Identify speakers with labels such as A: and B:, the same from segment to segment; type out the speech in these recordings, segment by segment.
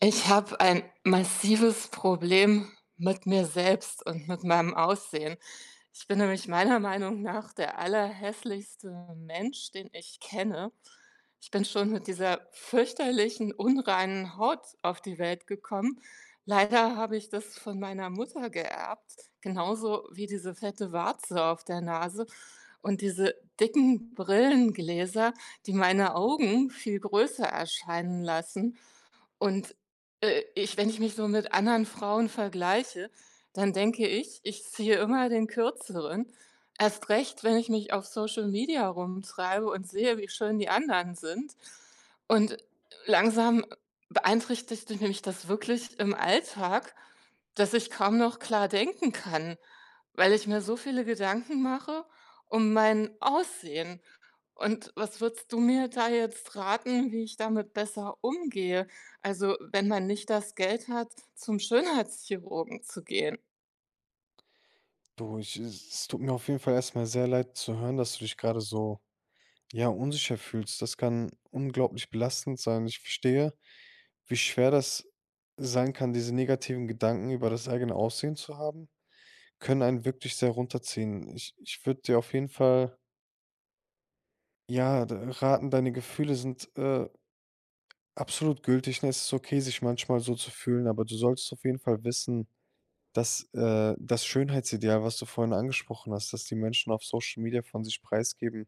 A: Ich habe ein massives Problem mit mir selbst und mit meinem Aussehen. Ich bin nämlich meiner Meinung nach der allerhässlichste Mensch, den ich kenne. Ich bin schon mit dieser fürchterlichen, unreinen Haut auf die Welt gekommen. Leider habe ich das von meiner Mutter geerbt, genauso wie diese fette Warze auf der Nase und diese dicken Brillengläser, die meine Augen viel größer erscheinen lassen. Und ich wenn ich mich so mit anderen Frauen vergleiche, dann denke ich, ich ziehe immer den Kürzeren. Erst recht, wenn ich mich auf Social Media rumtreibe und sehe, wie schön die anderen sind. Und langsam beeinträchtigt mich das wirklich im Alltag, dass ich kaum noch klar denken kann, weil ich mir so viele Gedanken mache um mein Aussehen. Und was würdest du mir da jetzt raten, wie ich damit besser umgehe? Also, wenn man nicht das Geld hat, zum Schönheitschirurgen zu gehen?
B: Du, ich Es tut mir auf jeden Fall erstmal sehr leid zu hören, dass du dich gerade so, ja, unsicher fühlst. Das kann unglaublich belastend sein. Ich verstehe, wie schwer das sein kann. Diese negativen Gedanken über das eigene Aussehen zu haben, können einen wirklich sehr runterziehen. Ich würde dir auf jeden Fall, ja, d raten, deine Gefühle sind, absolut gültig, ne? Es ist okay, sich manchmal so zu fühlen, aber du solltest auf jeden Fall wissen: Das, das Schönheitsideal, was du vorhin angesprochen hast, dass die Menschen auf Social Media von sich preisgeben,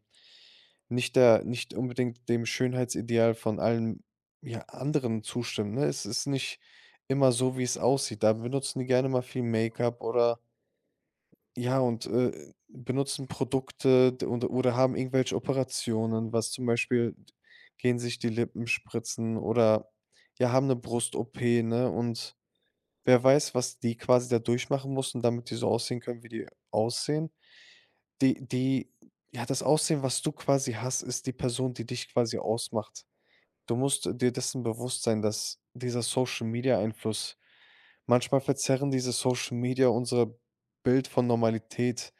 B: nicht unbedingt dem Schönheitsideal von allen, ja, anderen zustimmen, ne? Es ist nicht immer so, wie es aussieht. Da benutzen die gerne mal viel Make-up oder, ja, und, benutzen Produkte, d und oder haben irgendwelche Operationen, was zum Beispiel, gehen sich die Lippen spritzen oder, ja, haben eine Brust-OP, ne? Und wer weiß, was die quasi da durchmachen mussten, damit die so aussehen können, wie die aussehen. Die ja, das Aussehen, was du quasi hast, ist die Person, die dich quasi ausmacht. Du musst dir dessen bewusst sein, dass dieser Social-Media-Einfluss, manchmal verzerren diese Social Media unser Bild von Normalität.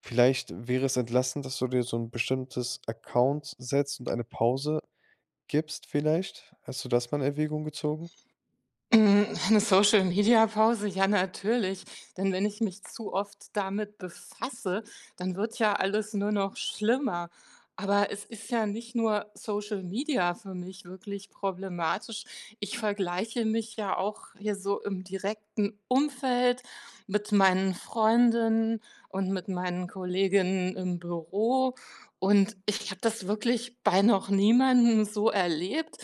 B: Vielleicht wäre es entlastend, dass du dir so ein bestimmtes Account setzt und eine Pause gibst vielleicht? Hast du das mal in Erwägung gezogen?
A: Hm, 'ne Social Media Pause, ja natürlich. Denn wenn ich mich zu oft damit befasse, dann wird ja alles nur noch schlimmer. Aber es ist ja nicht nur Social Media für mich wirklich problematisch. Ich vergleiche mich ja auch hier so im direkten Umfeld mit meinen Freundinnen und mit meinen Kolleginnen im Büro. Und ich habe das wirklich bei noch niemandem so erlebt,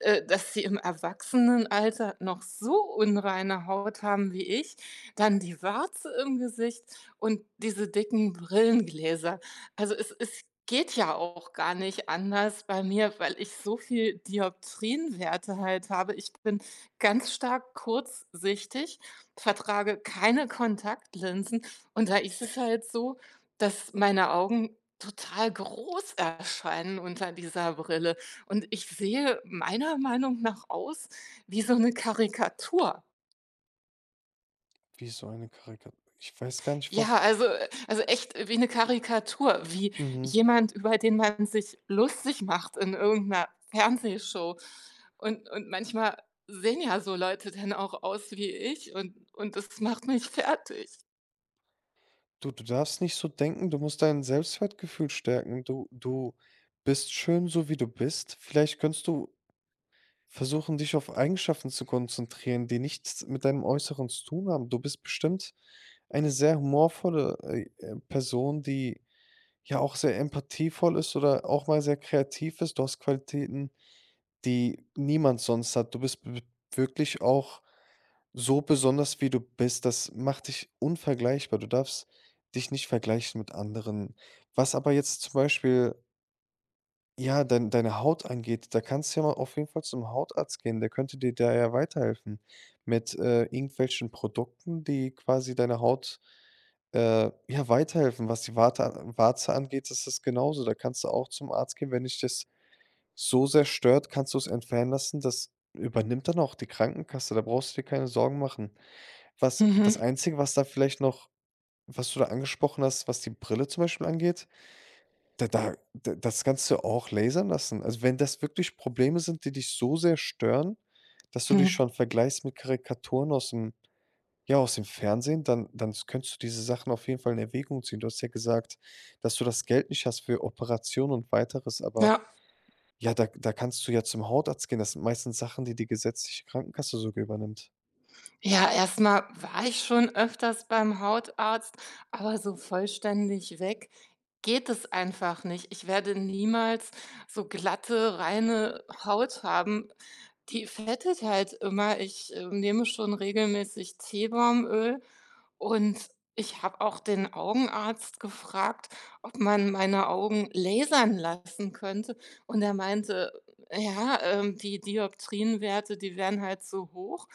A: dass sie im Erwachsenenalter noch so unreine Haut haben wie ich, dann die Warze im Gesicht und diese dicken Brillengläser. Also, es geht ja auch gar nicht anders bei mir, weil ich so viel Dioptrienwerte halt habe. Ich bin ganz stark kurzsichtig, vertrage keine Kontaktlinsen und da ist es halt so, dass meine Augen total groß erscheinen unter dieser Brille. Und ich sehe meiner Meinung nach aus wie so 'ne Karikatur.
B: Wie so eine Karika ich weiß gar nicht, wo.
A: Ja, also echt wie 'ne Karikatur, wie
B: Mhm.
A: jemand, über den man sich lustig macht in irgend 'ner Fernsehshow. Und manchmal sehen ja so Leute dann auch aus wie ich und das macht mich fertig.
B: Du darfst nicht so denken, du musst dein Selbstwertgefühl stärken. Du bist schön, so wie du bist. Vielleicht könntest du versuchen, dich auf Eigenschaften zu konzentrieren, die nichts mit deinem Äußeren zu tun haben. Du bist bestimmt eine sehr humorvolle Person, die ja auch sehr empathievoll ist oder auch mal sehr kreativ ist. Du hast Qualitäten, die niemand sonst hat. Du bist w wirklich auch so besonders, wie du bist. Das macht dich unvergleichbar. Du darfst dich nicht vergleichen mit anderen. Was aber jetzt zum Beispiel, ja, deine Haut angeht, da kannst du ja mal auf jeden Fall zum Hautarzt gehen. Der könnte dir da ja weiterhelfen mit, irgendwelchen Produkten, die quasi deiner Haut, ja, weiterhelfen. Was die Warte Warze angeht, ist es genauso. Da kannst du auch zum Arzt gehen, wenn dich das so sehr stört, kannst du es entfernen lassen. Das übernimmt dann auch die Krankenkasse. Da brauchst du dir keine Sorgen machen. Was das
A: Mhm,
B: Einzige, was da vielleicht noch, was du da angesprochen hast, was die Brille zum Beispiel angeht, da da da das kannst du auch lasern lassen. Also, wenn das wirklich Probleme sind, die dich so sehr stören, dass du dich
A: mhm.
B: schon vergleichst mit Karikaturen aus dem, ja, aus dem Fernsehen, dann dann s könntest du diese Sachen auf jeden Fall in Erwägung ziehen. Du hast ja gesagt, dass du das Geld nicht hast für Operationen und Weiteres, aber,
A: Ja.
B: ja, da kannst du ja zum Hautarzt gehen. Das sind meistens Sachen, die die gesetzliche Krankenkasse sogar übernimmt.
A: Ja, erstmal war ich schon öfters beim Hautarzt, aber so vollständig weg geht es einfach nicht. Ich werde niemals so glatte, reine Haut haben. Die fettet halt immer. Ich, nehme schon regelmäßig Teebaumöl und ich habe auch den Augenarzt gefragt, ob man meine Augen lasern lassen könnte und er meinte: „Ja, die Dioptrienwerte, die wären halt so hoch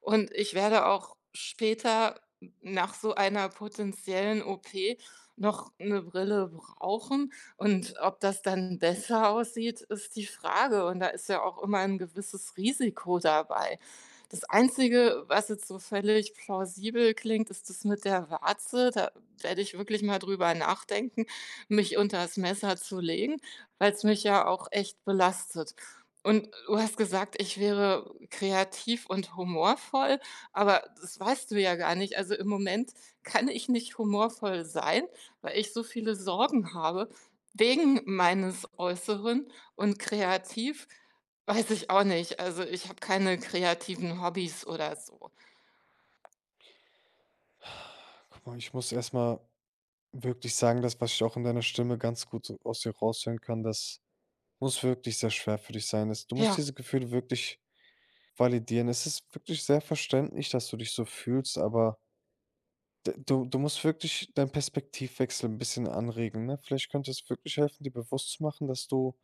A: und ich werde auch später nach so einer potenziellen OP noch eine Brille brauchen. Und ob das dann besser aussieht, ist die Frage. Und da ist ja auch immer ein gewisses Risiko dabei. Das Einzige, was jetzt so völlig plausibel klingt, ist das mit der Warze. Da werde ich wirklich mal drüber nachdenken, mich unter das Messer zu legen, weil es mich ja auch echt belastet. Und du hast gesagt, ich wäre kreativ und humorvoll, aber das weißt du ja gar nicht. Also, im Moment kann ich nicht humorvoll sein, weil ich so viele Sorgen habe wegen meines Äußeren und kreativ weiß ich auch nicht. Also, ich habe keine kreativen Hobbys oder so.
B: Guck mal, ich muss erst mal wirklich sagen, das, was ich auch in deiner Stimme ganz gut so aus dir raushören kann, das muss wirklich sehr schwer für dich sein. Das Du musst
A: Ja.
B: diese Gefühle wirklich validieren. Es ist wirklich sehr verständlich, dass du dich so fühlst, aber d du du musst wirklich deinen Perspektivwechsel ein bisschen anregen, ne? Vielleicht könnte es wirklich helfen, dir bewusst zu machen, dass du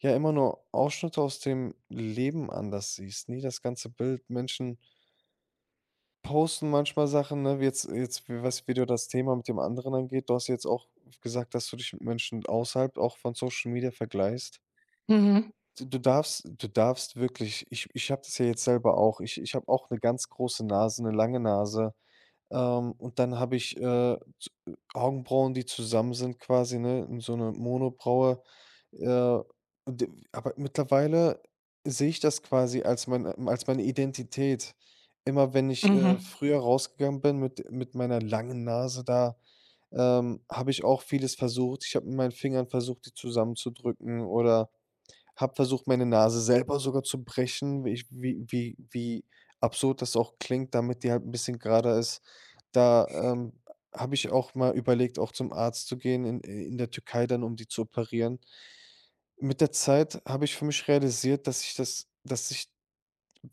B: ja immer nur Ausschnitte aus dem Leben anders siehst, nie das ganze Bild. Menschen posten manchmal Sachen, ne? Jetzt, wie- was wieder, das Thema mit dem anderen angeht. Du hast jetzt auch gesagt, dass du dich mit Menschen außerhalb auch von Social Media vergleichst.
A: Mhm,
B: Du du darfst wirklich, ich habe das ja jetzt selber auch. Ich habe auch eine ganz große Nase, eine lange Nase. Und dann habe ich, z Augenbrauen, die zusammen sind quasi, ne, in so eine Monobraue. Äh, d Aber mittlerweile sehe ich das quasi als mein als meine Identität. Immer wenn ich,
A: mhm,
B: früher rausgegangen bin mit meiner langen Nase da, habe ich auch vieles versucht. Ich habe mit meinen Fingern versucht, die zusammenzudrücken oder habe versucht, meine Nase selber sogar zu brechen, wie ich, wie wie wie absurd das auch klingt, damit die halt ein bisschen gerader ist. Da, ähm, Habe ich auch mal überlegt, auch zum Arzt zu gehen in der Türkei dann, um die zu operieren. Mit der Zeit habe ich für mich realisiert, dass ich das dass ich,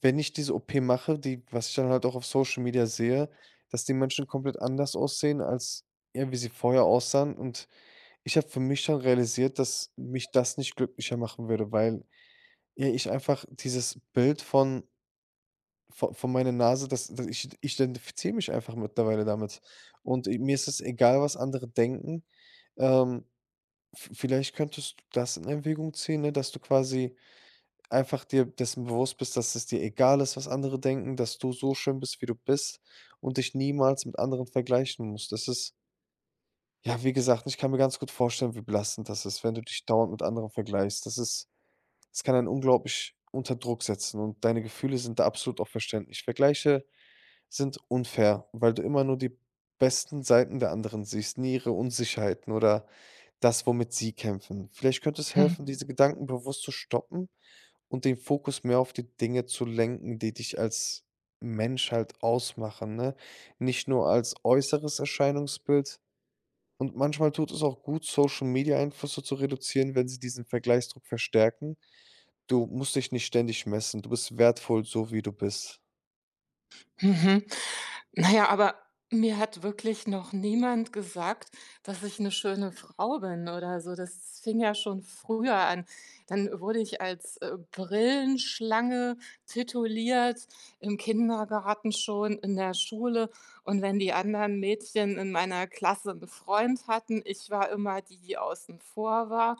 B: wenn ich diese OP mache, die, was ich dann halt auch auf Social Media sehe, dass die Menschen komplett anders aussehen als, ja, wie sie vorher aussahen. Und ich habe für mich dann realisiert, dass mich das nicht glücklicher machen würde, weil, ja, ich einfach dieses Bild von, vo von meiner Nase, das das ich ich identifiziere mich einfach mittlerweile damit. Und, mir ist es egal, was andere denken. Ähm, v Vielleicht könntest du das in Erwägung ziehen, ne, dass du quasi einfach dir dessen bewusst bist, dass es dir egal ist, was andere denken, dass du so schön bist, wie du bist und dich niemals mit anderen vergleichen musst. Das ist, ja, wie gesagt, ich kann mir ganz gut vorstellen, wie belastend das ist, wenn du dich dauernd mit anderen vergleichst. Das ist Es kann einen unglaublich unter Druck setzen und deine Gefühle sind da absolut auch verständlich. Vergleiche sind unfair, weil du immer nur die besten Seiten der anderen siehst, nie ihre Unsicherheiten oder das, womit sie kämpfen. Vielleicht könnte es helfen,
A: mhm.
B: diese Gedanken bewusst zu stoppen und den Fokus mehr auf die Dinge zu lenken, die dich als Mensch halt ausmachen, ne? Nicht nur als äußeres Erscheinungsbild. Und manchmal tut es auch gut, Social Media Einflüsse zu reduzieren, wenn sie diesen Vergleichsdruck verstärken. Du musst dich nicht ständig messen. Du bist wertvoll, so wie du bist.
A: Mhm. Na ja, aber mir hat wirklich noch niemand gesagt, dass ich eine schöne Frau bin oder so. Das fing ja schon früher an. Dann wurde ich als, Brillenschlange tituliert, im Kindergarten schon, in der Schule. Und wenn die anderen Mädchen in meiner Klasse einen Freund hatten, ich war immer die, die außen vor war.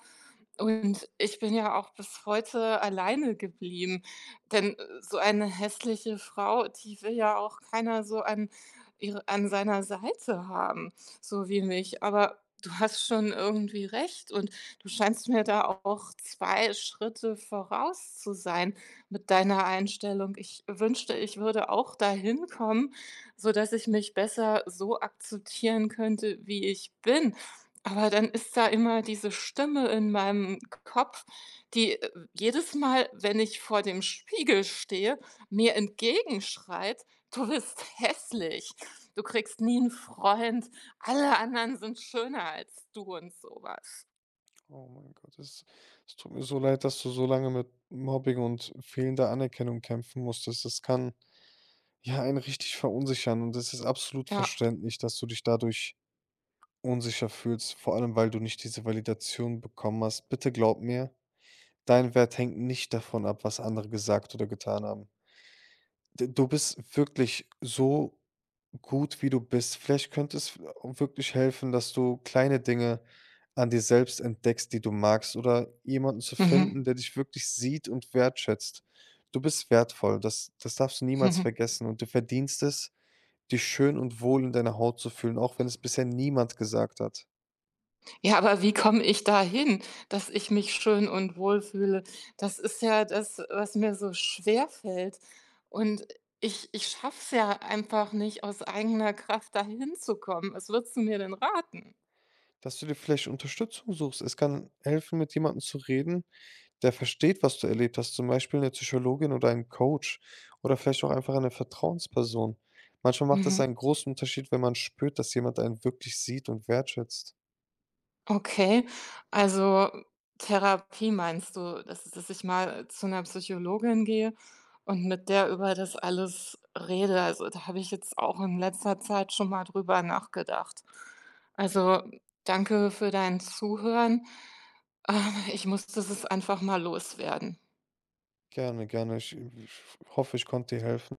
A: Und ich bin ja auch bis heute alleine geblieben. Denn so eine hässliche Frau, die will ja auch keiner so an ihre an seiner Seite haben, so wie mich. Aber du hast schon irgendwie recht und du scheinst mir da auch 2 Schritte voraus zu sein mit deiner Einstellung. Ich wünschte, ich würde auch dahin kommen, sodass ich mich besser so akzeptieren könnte, wie ich bin. Aber dann ist da immer diese Stimme in meinem Kopf, die, jedes Mal, wenn ich vor dem Spiegel stehe, mir entgegenschreit: „Du bist hässlich. Du kriegst nie einen Freund. Alle anderen sind schöner als du“ und sowas.
B: Oh mein Gott, es tut mir so leid, dass du so lange mit Mobbing und fehlender Anerkennung kämpfen musstest. Das kann, ja, einen richtig verunsichern und es ist absolut
A: Ja.
B: verständlich, dass du dich dadurch unsicher fühlst, vor allem, weil du nicht diese Validation bekommen hast. Bitte glaub mir, dein Wert hängt nicht davon ab, was andere gesagt oder getan haben. D du bist wirklich so gut, wie du bist. Vielleicht könnte es auch wirklich helfen, dass du kleine Dinge an dir selbst entdeckst, die du magst, oder jemanden zu finden,
A: Mhm.
B: der dich wirklich sieht und wertschätzt. Du bist wertvoll, das darfst du niemals
A: Mhm.
B: vergessen und du verdienst es, dich schön und wohl in deiner Haut zu fühlen, auch wenn es bisher niemand gesagt hat.
A: Ja, aber wie komme ich da hin, dass ich mich schön und wohl fühle? Das ist ja das, was mir so schwer fällt. Und ich schaffe es ja einfach nicht, aus eigener Kraft dahin zu kommen. Was würdest du mir denn raten?
B: Dass du dir vielleicht Unterstützung suchst. Es kann helfen, mit jemandem zu reden, der versteht, was du erlebt hast, zum Beispiel eine Psychologin oder ein Coach oder vielleicht auch einfach eine Vertrauensperson. Manchmal macht es
A: Mhm.
B: einen großen Unterschied, wenn man spürt, dass jemand einen wirklich sieht und wertschätzt.
A: Okay, also Therapie meinst du, dass ich mal zu einer Psychologin gehe und mit der über das alles rede? Also, da habe ich jetzt auch in letzter Zeit schon mal drüber nachgedacht. Also, danke für dein Zuhören. Ähm, Ich muss das einfach mal loswerden.
B: Gerne, gerne. Ich hoffe, ich konnte dir helfen.